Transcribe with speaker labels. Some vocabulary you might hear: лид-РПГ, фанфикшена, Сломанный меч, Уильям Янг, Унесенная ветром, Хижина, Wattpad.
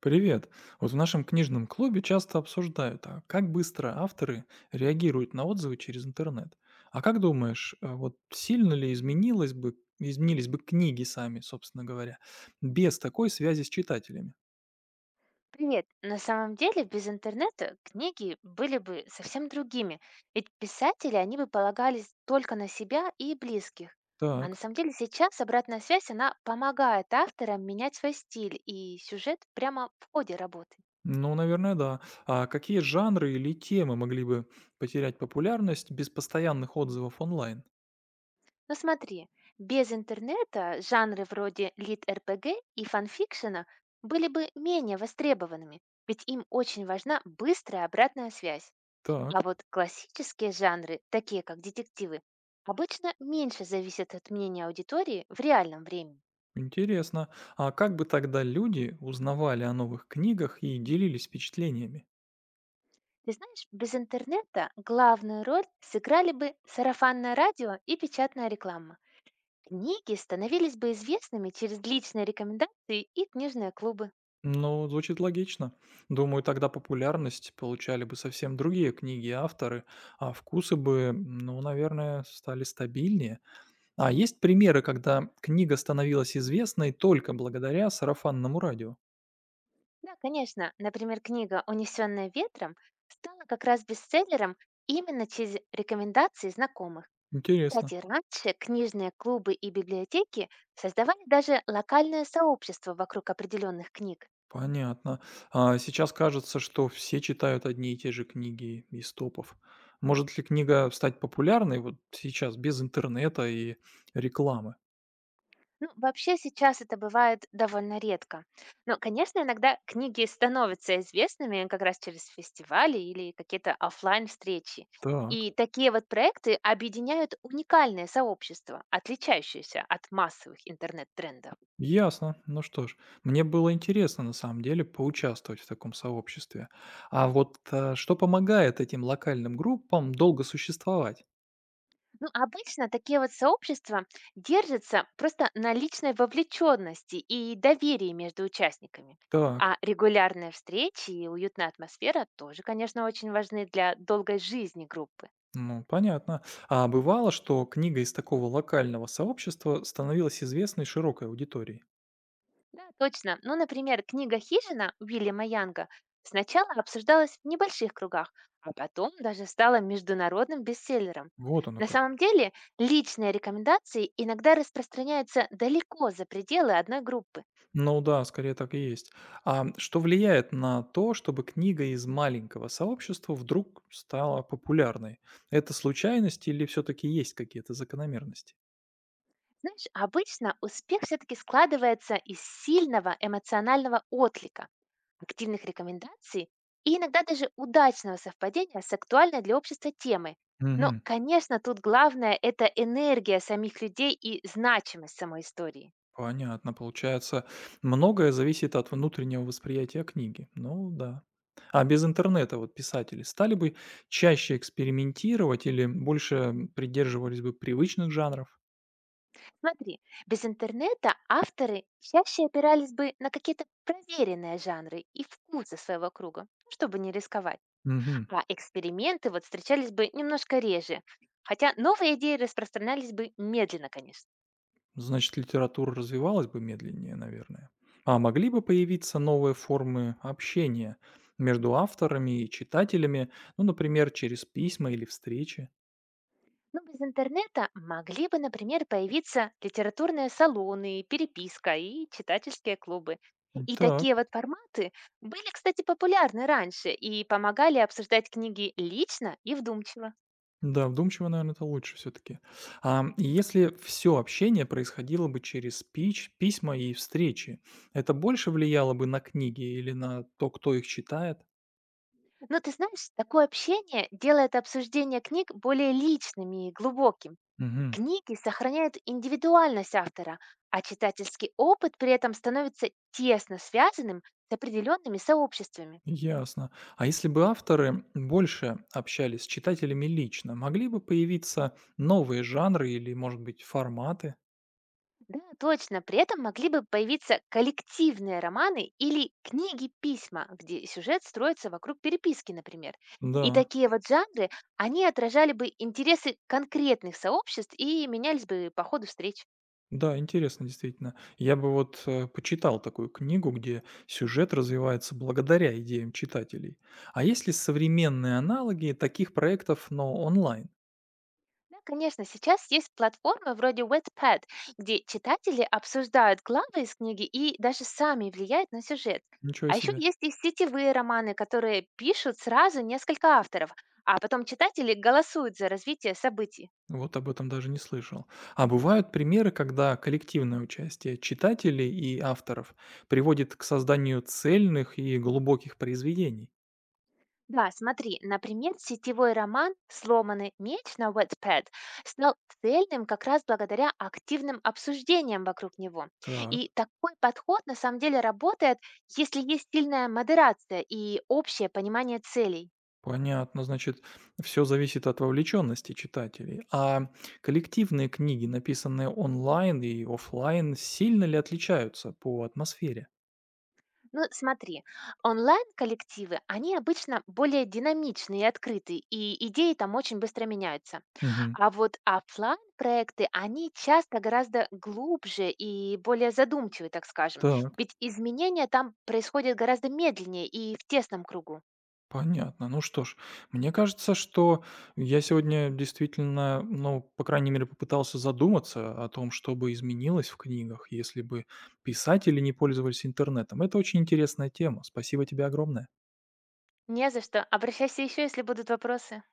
Speaker 1: Привет! Вот в нашем книжном клубе часто обсуждают, а как быстро авторы реагируют на отзывы через интернет. А как думаешь, вот сильно ли изменились бы книги сами, собственно говоря, без такой связи с читателями?
Speaker 2: Привет. На самом деле, без интернета книги были бы совсем другими. Ведь писатели, они бы полагались только на себя и близких. А на
Speaker 1: Так,
Speaker 2: самом деле сейчас обратная связь, она помогает авторам менять свой стиль и сюжет прямо в ходе работы.
Speaker 1: ну, наверное, да. А какие жанры или темы могли бы потерять популярность без постоянных отзывов онлайн?
Speaker 2: Но смотри, без интернета жанры вроде лид-РПГ и фанфикшена были бы менее востребованными, ведь им очень важна быстрая обратная связь. А
Speaker 1: Так,
Speaker 2: вот классические жанры, такие как детективы, обычно меньше зависят от мнения аудитории в реальном времени.
Speaker 1: интересно. А как бы тогда люди узнавали о новых книгах и делились впечатлениями?
Speaker 2: Ты знаешь, без интернета главную роль сыграли бы сарафанное радио и печатная реклама. Книги становились бы известными через личные рекомендации и книжные клубы.
Speaker 1: Ну, звучит логично. Думаю, тогда популярность получали бы совсем другие книги и авторы, а вкусы бы, ну, наверное, стали стабильнее. А есть примеры, когда книга становилась известной только благодаря сарафанному радио?
Speaker 2: Да, конечно, например, книга «Унесенная ветром» стала как раз бестселлером именно через рекомендации знакомых.
Speaker 1: Интересно.
Speaker 2: Кстати, раньше книжные клубы и библиотеки создавали даже локальное сообщество вокруг определенных книг.
Speaker 1: Понятно. А сейчас кажется, что все читают одни и те же книги из топов. Может ли книга стать популярной вот сейчас без интернета и рекламы?
Speaker 2: Ну, вообще сейчас это бывает довольно редко. Но, конечно, иногда книги становятся известными как раз через фестивали или какие-то оффлайн встречи.
Speaker 1: Так.
Speaker 2: И такие вот проекты объединяют уникальные сообщества, отличающиеся от массовых интернет-трендов.
Speaker 1: Ясно. Ну что ж, мне было интересно на самом деле поучаствовать в таком сообществе. А вот что помогает этим локальным группам долго существовать?
Speaker 2: Ну, обычно такие вот сообщества держатся просто на личной вовлеченности и доверии между участниками.
Speaker 1: Так,
Speaker 2: А регулярные встречи и уютная атмосфера тоже, конечно, очень важны для долгой жизни группы.
Speaker 1: ну понятно. А бывало, что книга из такого локального сообщества становилась известной широкой аудитории?
Speaker 2: Да, точно. Ну, например, книга «Хижина» Уильяма Янга сначала обсуждалась в небольших кругах, а потом даже стала международным бестселлером.
Speaker 1: Вот оно
Speaker 2: На
Speaker 1: как.
Speaker 2: самом деле, личные рекомендации иногда распространяются далеко за пределы одной группы.
Speaker 1: Ну да, скорее так и есть. А что влияет на то, чтобы книга из маленького сообщества вдруг стала популярной? Это случайность или все-таки есть какие-то закономерности?
Speaker 2: Знаешь, обычно успех все-таки складывается из сильного эмоционального отклика, активных рекомендаций и иногда даже удачного совпадения с актуальной для общества темой. Но,
Speaker 1: Мгм.
Speaker 2: конечно, тут главное — это энергия самих людей и значимость самой истории.
Speaker 1: Понятно. Получается, многое зависит от внутреннего восприятия книги. Ну да. А без интернета вот писатели стали бы чаще экспериментировать или больше придерживались бы привычных жанров?
Speaker 2: Смотри, без интернета авторы чаще опирались бы на какие-то проверенные жанры и вкусы своего круга, ну, чтобы не рисковать.
Speaker 1: Мгм.
Speaker 2: А эксперименты вот встречались бы немножко реже, хотя новые идеи распространялись бы медленно, конечно.
Speaker 1: Значит, литература развивалась бы медленнее, наверное. А могли бы появиться новые формы общения между авторами и читателями, ну, например, через письма или встречи?
Speaker 2: Но без интернета могли бы, например, появиться литературные салоны, переписка и читательские клубы.
Speaker 1: М,
Speaker 2: И такие
Speaker 1: так.
Speaker 2: вот форматы были, кстати, популярны раньше и помогали обсуждать книги лично и вдумчиво.
Speaker 1: Да, вдумчиво, наверное, это лучше все таки. Если все общение происходило бы через пич письма и встречи, это больше влияло бы на книги или на то, кто их читает?
Speaker 2: Но ты знаешь, такое общение делает обсуждение книг более личными и глубоким.
Speaker 1: Мгм.
Speaker 2: Книги сохраняют индивидуальность автора, а читательский опыт при этом становится тесно связанным с определенными сообществами.
Speaker 1: Ясно. А если бы авторы больше общались с читателями лично, могли бы появиться новые жанры или, может быть, форматы?
Speaker 2: Да, точно. При этом могли бы появиться коллективные романы или книги-письма, где сюжет строится вокруг переписки, например. И
Speaker 1: Да.
Speaker 2: такие вот жанры, они отражали бы интересы конкретных сообществ и менялись бы по ходу встреч.
Speaker 1: Да, интересно, действительно. Я бы вот почитал такую книгу, где сюжет развивается благодаря идеям читателей. А есть ли современные аналоги таких проектов, но онлайн?
Speaker 2: Да, конечно, сейчас есть платформы вроде Wattpad, где читатели обсуждают главы из книги и даже сами влияют на сюжет.
Speaker 1: Ничего
Speaker 2: А еще
Speaker 1: себе.
Speaker 2: есть и сетевые романы, которые пишут сразу несколько авторов, а потом читатели голосуют за развитие событий.
Speaker 1: Вот об этом даже не слышал. А бывают примеры, когда коллективное участие читателей и авторов приводит к созданию цельных и глубоких произведений?
Speaker 2: Да, смотри, например, сетевой роман «Сломанный меч» на Wattpad стал цельным как раз благодаря активным обсуждениям вокруг него.
Speaker 1: Так.
Speaker 2: И такой подход на самом деле работает, если есть сильная модерация и общее понимание целей.
Speaker 1: Понятно, значит, все зависит от вовлеченности читателей. А коллективные книги, написанные онлайн и оффлайн, сильно ли отличаются по атмосфере?
Speaker 2: Ну, смотри, онлайн-коллективы, они обычно более динамичные и открытые, и идеи там очень быстро меняются.
Speaker 1: Мгм.
Speaker 2: А вот оффлайн проекты, они часто гораздо глубже и более задумчивые, так скажем.
Speaker 1: Так,
Speaker 2: Ведь изменения там происходят гораздо медленнее и в тесном кругу.
Speaker 1: понятно. Ну что ж, мне кажется, что я сегодня действительно, ну, по крайней мере, попытался задуматься о том, что бы изменилось в книгах, если бы писатели не пользовались интернетом. Это очень интересная тема. Спасибо тебе огромное.
Speaker 2: Не за что. Обращайся еще, если будут вопросы.